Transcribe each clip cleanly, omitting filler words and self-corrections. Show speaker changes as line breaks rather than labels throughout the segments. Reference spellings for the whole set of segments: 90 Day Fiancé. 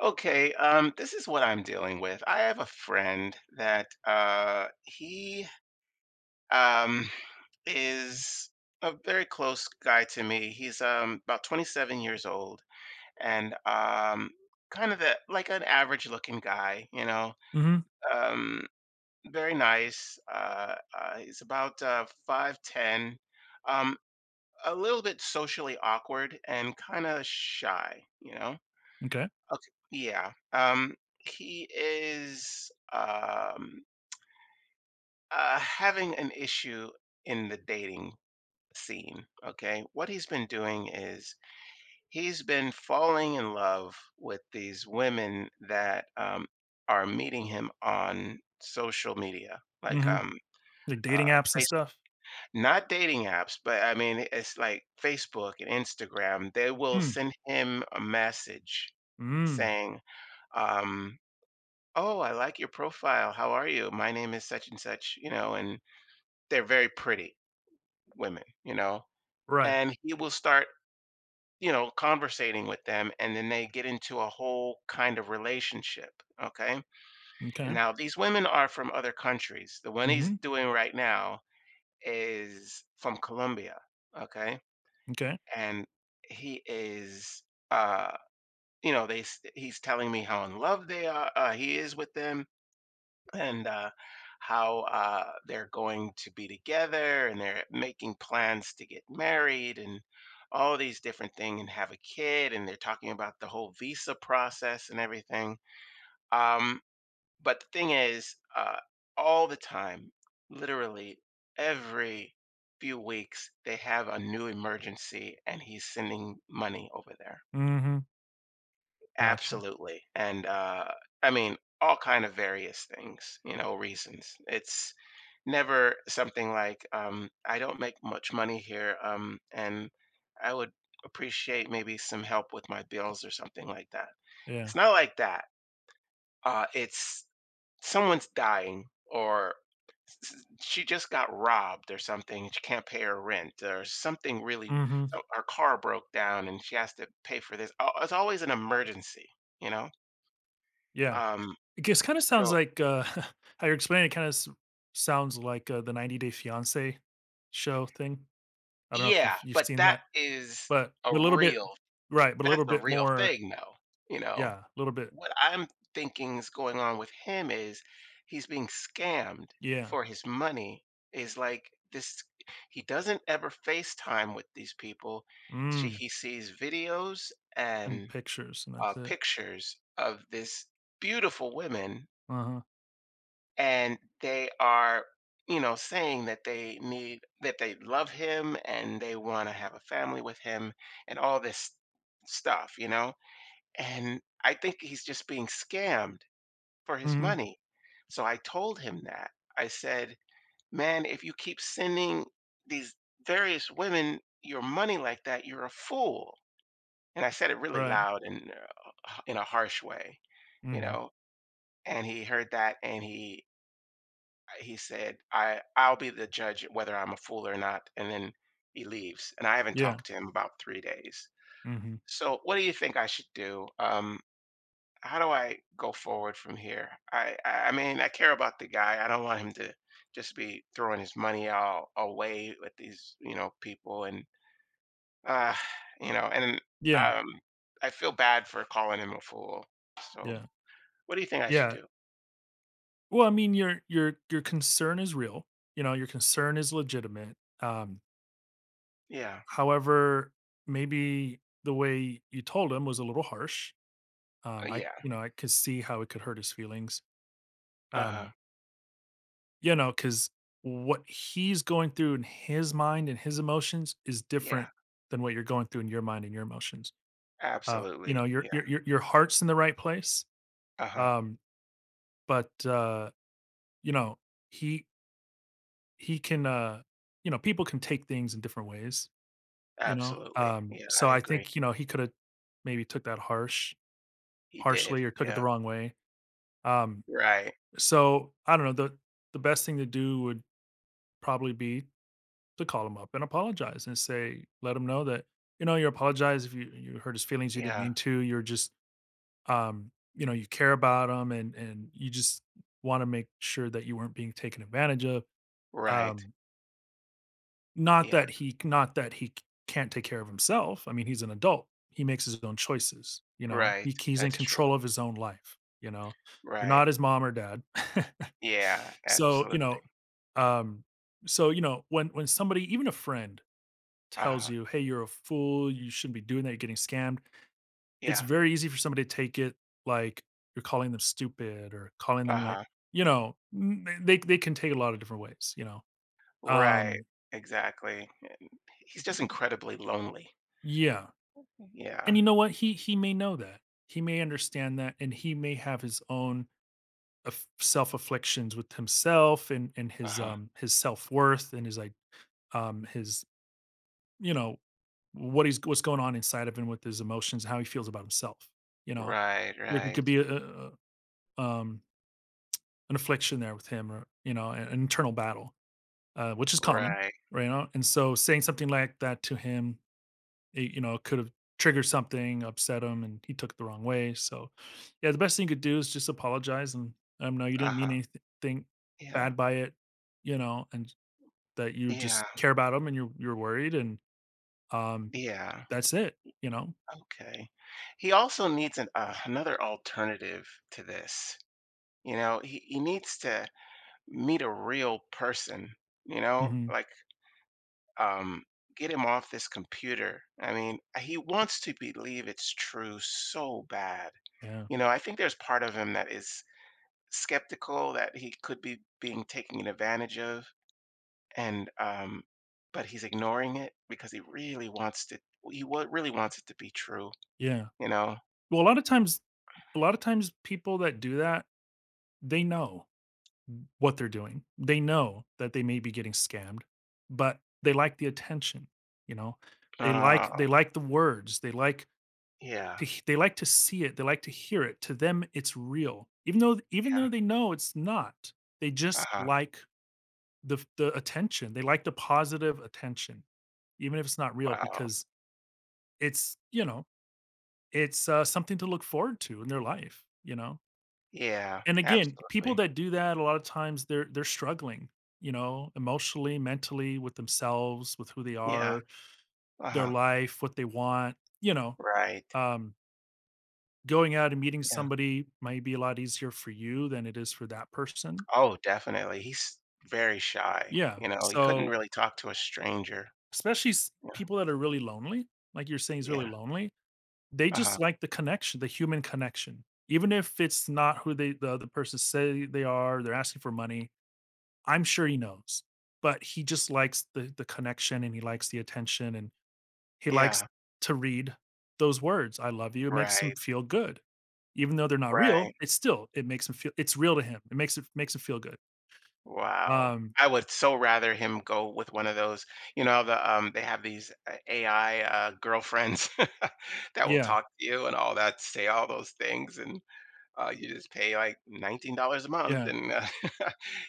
Okay, this is what I'm dealing with. I have a friend that he um, is a very close guy to me. He's about 27 years old and kind of like an average looking guy, you know,
Mhm.
um, very nice. He's about 5'10, um, a little bit socially awkward and kind of shy, you know.
M'kay.
Okay, yeah. He is having an issue in the dating scene. Okay, what he's been doing is he's been falling in love with these women that are meeting him on social media, like
Mhm. Like dating
uh,
apps and
face-
stuff?
not dating apps, but I mean it's like Facebook and Instagram. They will
Mm.
send him a message
Mm.
saying, Um, "Oh, I like your profile. How are you? My name is such and such," you know, and they're very pretty women, you know,
Right.
and he will start, you know, conversating with them and then they get into a whole kind of relationship. Okay.
Okay.
And
M'kay.
now these women are from other countries. The one he's
Mhm.
doing right now is from Colombia. Okay.
M'kay.
And he is, uh, you know, he's telling me how in love they are. He is with them and how they're going to be together and they're making plans to get married and all these different things and have a kid and they're talking about the whole visa process and everything. Um, but the thing is uh, all the time, literally every few weeks they have a new emergency and he's sending money over there
Mhm. Gotcha.
absolutely. And uh, i mean all kind of various things, you know, reasons. It's never something like, "I don't make much money here, and I would appreciate maybe some help with my bills," or something like that.
Yeah.
It's not like that. It's someone's dying or she just got robbed or something. She can't pay her rent or something really.
Mhm.
Her car broke down and she has to pay for this. It's always an emergency, you know?
Yeah.
Um,
It just kinda sounds
so,
like, how you're explaining it kinda sounds like, the 90 Day Fiancé show thing. I don't know if
yeah,
you've
but
seen
that
that,
is
but
a
a little bit.
real
Right, but a
that's
little
a
bit
real
more.
thing, though, you know?
Yeah, a little bit.
What I'm thinking is going on with him is he's being scammed
Yeah.
for his money. Is like this He doesn't ever FaceTime with these people. She
Mm.
He sees videos and,
And pictures, and that's it.
pictures of this beautiful women,
Uh-huh.
and they are, you know, saying that they need, that they love him and they wanna have a family with him and all this stuff, you know? And I think he's just being scammed for his
Mhm.
money. So I told him that. I said, "Man, if you keep sending these various women your money like that, you're a fool." And I said it really
Right.
loud and in a harsh way, you
Mhm.
know. And he heard that and he said, "I'll be the judge whether I'm a fool or not." And then he leaves. And I haven't
Yeah.
talked to him about 3 days.
Mhm.
So what do you think I should do? How do I go forward from here? I mean, I care about the guy. I don't want him to just be throwing his money all away with these, you know, people and uh, you know, and
Yeah.
um I feel bad for calling him a fool. So,
Yeah.
what do you think I should
Yeah.
do?
Well, I mean, your concern is real. You know, your concern is legitimate. Um,
Yeah.
however, maybe the way you told him was a little harsh. I,
Yeah.
you know, I could see how it could hurt his feelings. Um,
Uh-huh.
you know, because what he's going through in his mind and his emotions is
Yeah.
different than what you're going through in your mind and your emotions. You know,
Absolutely.
your
Yeah.
your your your heart's in the right place.
Uh-huh.
Um, but you know, he he can, you know, people can take things in different ways, you know?
Absolutely.
Um,
Yeah,
so
I
I
agree.
think, you know, he coulda maybe took that
He did.
harshly or took it the
Yeah.
wrong way. Um,
Right.
so I don't know, the best thing to do would probably be to call him up and apologize and say let him know that, you know, you apologize if you hurt his feelings, you didn't
Yeah.
mean to, you're just, you know, you care about him and you just wanna make sure that you weren't being taken advantage of.
Right.
Um Not
Yeah.
that he not that he can't take care of himself, I mean, he's an adult, he makes his own choices, you know?
Right.
He's in
That's true.
control of his own life, you know? You're
Right.
not his mom or dad.
Yeah,
So, you
absolutely.
know, um, so, you know, when somebody, even a friend tells
Uh-huh.
you, "Hey, you're a fool, you shouldn't be doing that, you're getting scammed," it's
Yeah.
very easy for somebody to take it like you're calling them stupid or calling them like,
Uh-huh.
you know, n they can take it a lot of different ways, you know?
Right.
Um,
Exactly. And he's just incredibly lonely.
yeah.
Mhm.
And
Yeah.
you know what? He may know that. He may understand that, and he may have his own self afflictions with himself and
Uh-huh.
his self worth and his like his you know what he's what's going on inside of him with his emotions, how he feels about himself. You know,
Right,
like we
right.
could be a, an affliction there with him, or you know, an internal battle, which is common,
Right.
right? You know? And so saying something like that to him it, you know, could have triggered something, upset him, and he took it the wrong way. So, yeah, the best thing you could do is just apologize and no, you didn't mean
Uh-huh.
anything
Yeah.
bad by it, you know, and that you just
Yeah.
care about him and you're worried, and um,
Yeah.
that's it, you know.
Okay. He also needs an another alternative to this. You know, he needs to meet a real person, you know,
Hmm.
like um get him off this computer. I mean, he wants to believe it's true so bad.
Yeah,
You know, I think there's part of him that is skeptical that he could be being taken advantage of and but he's ignoring it because he really wants to, really wants it to be true,
yeah.
you know.
Well, a lot of times, people that do that, they know what they're doing. They know that they may be getting scammed, but they like the attention, you know.
Uh,
They like the words. They like
yeah.
To h they like to see it, they like to hear it. To them, it's real. Even
Yeah.
though they know it's not, they just
Uh-huh.
like the attention. They like the positive attention, even if it's not real
Wow.
because it's, you know, it's, something to look forward to in their life, you know?
Yeah,
And again, people
absolutely.
that do that a lot of times they're struggling, you know, emotionally, mentally, with themselves, with who they
Yeah.
are, their
Uh-huh.
life, what they want, you know?
Right.
Um Going out and meeting
Yeah.
somebody might be a lot easier for you than it is for that person.
Oh, definitely, he's very shy,
Yeah.
you know, he couldn't
So,
really talk to a stranger.
especially
Yeah.
people that are really lonely, like you're saying, is really
Yeah.
lonely. They
Uh-huh.
just like the connection, the human connection. Even if it's not who the other person say they are, they're asking for money. I'm sure he knows, but he just likes the connection and he likes the attention and he likes
Yeah.
to read those words, "I love you." It makes him
Right,
feel good. Even though they're not real,
right.
it's still it makes him feel it's real to him. It makes him feel good.
Wow.
Um,
I would so rather him go with one of those, you know, the they have these AI girlfriends that will
yeah,
talk to you and all that, say all those things and you just pay like $19 a month
yeah.
and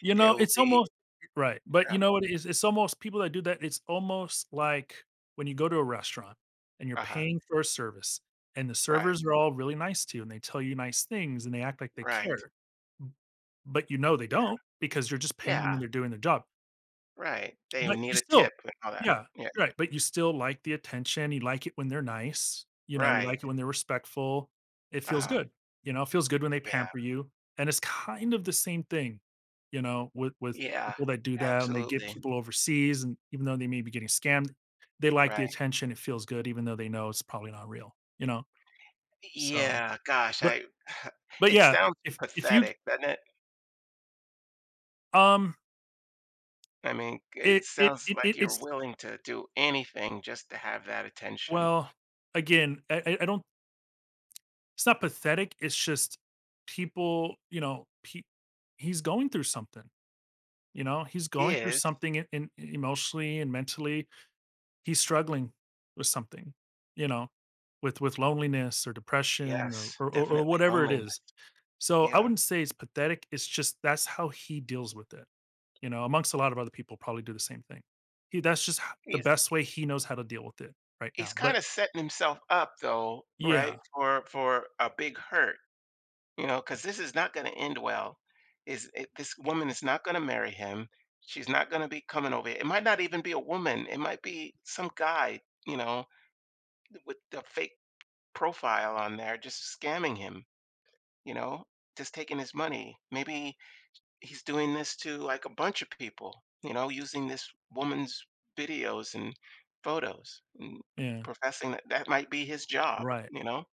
You
they
know,
will
it's
be,
almost right, but you
yeah,
know what it is? It's almost people that do that, it's almost like when you go to a restaurant and you're
uh-huh.
paying for a service, and the
Right.
servers are all really nice to you, and they tell you nice things, and they act like they
Right.
care, but you know they
Yeah.
don't because you're just paying them
Yeah.
and they're doing their job.
Right. They will
But
need
you
a
still
tip and all that.
yeah,
Yeah.
right, but you still like the attention, you like it when they're nice, you know, you
Right.
like it when they're respectful, it feels
Uh-huh.
good, you know, it feels good when they
Yeah.
pamper you, and it's kind of the same thing, you know, with
Yeah.
people that do that and they get
Absolutely.
people overseas and even though they may be getting scammed, they like the
Right.
attention, it feels good even though they know it's probably not real, you know? So,
Yeah, gosh,
but
I
but
it
yeah, I
sounds
if you
pathetic, doesn't it?
um,
I mean, it sounds like you're
it's
willing to do anything just to have that attention.
well, again, I don't. It's not pathetic, it's just people, you know, pe he's going through something, you know? He's
He
going through
is.
something in emotionally and mentally. He's struggling with something, you know, with loneliness or depression
Yes,
or
definitely
whatever it
loneliness.
is. So, I
Yeah.
wouldn't say it's pathetic, it's just that's how he deals with it, you know, amongst a lot of other people probably do the same thing. He that's just h the
He's
best way he knows how to deal with it right
he's
now,
kind
but
of setting himself up though, right?
yeah,
For a big hurt, you know, because this is not going to end well. Is it, this woman is not going to marry him? She's not going to be coming over here. It might not even be a woman. It might be some guy, you know, with a fake profile on there, just scamming him. You know, just taking his money. Maybe he's doing this to like a bunch of people, you know, using this woman's videos and photos and
yeah,
professing that that might be his job,
right.
you know,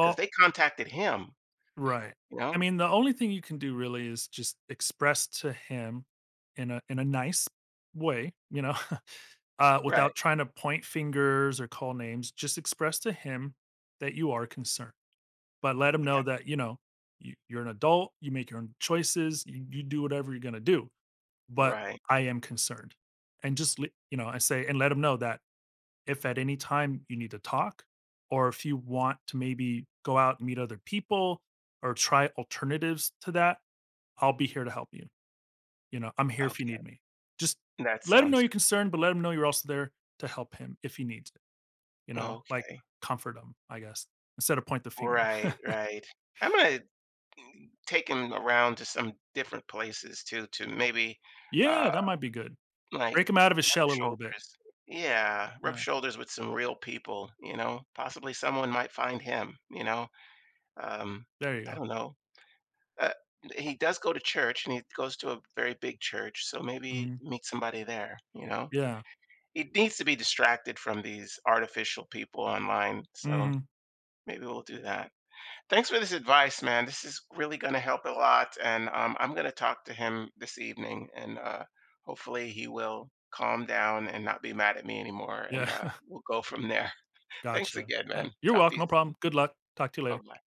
because they contacted him,
right.
you
I
know,
mean, the only thing you can do really is just express to him in a nice way, you know,
right.
without trying to point fingers or call names. Just express to him that you are concerned, but let him know
Yeah.
that you know you're an adult. You make your own choices. You do whatever you're gonna do, but
Right.
I am concerned, and just you know, I say and let him know that if at any time you need to talk or if you want to maybe go out and meet other people or try alternatives to that, I'll be here to help you. You know, I'm here if you
Okay.
need me. Just
That
let him know
sounds
you're concerned, but let him know you're also there to help him if he needs it, you know, like
okay.
comfort him, I guess, instead of point the finger.
Right. Right. I'm going to take him around to some different places too, to maybe
Yeah,
uh,
that might be good.
like
Break him out of his
rub
shell a little bit.
shoulders. Yeah. Rub
Yeah,
shoulders with some real people, you know, possibly someone might find him, you know. Um,
there you
I
go.
don't know. Uh, he does go to church, and he goes to a very big church, so maybe
Mhm.
meet somebody there, you know?
Yeah.
He needs to be distracted from these artificial people online, so
Hmm.
maybe we'll do that. Thanks for this advice, man. This is really gonna help a lot, and, I'm gonna talk to him this evening, and, hopefully he will calm down and not be mad at me anymore, and,
Yeah.
we'll go from there. Thanks
Gotcha.
again,
All
man.
right. You're
Talk to
welcome.
you.
No problem. Good luck. Talk to you later.
Bye-bye.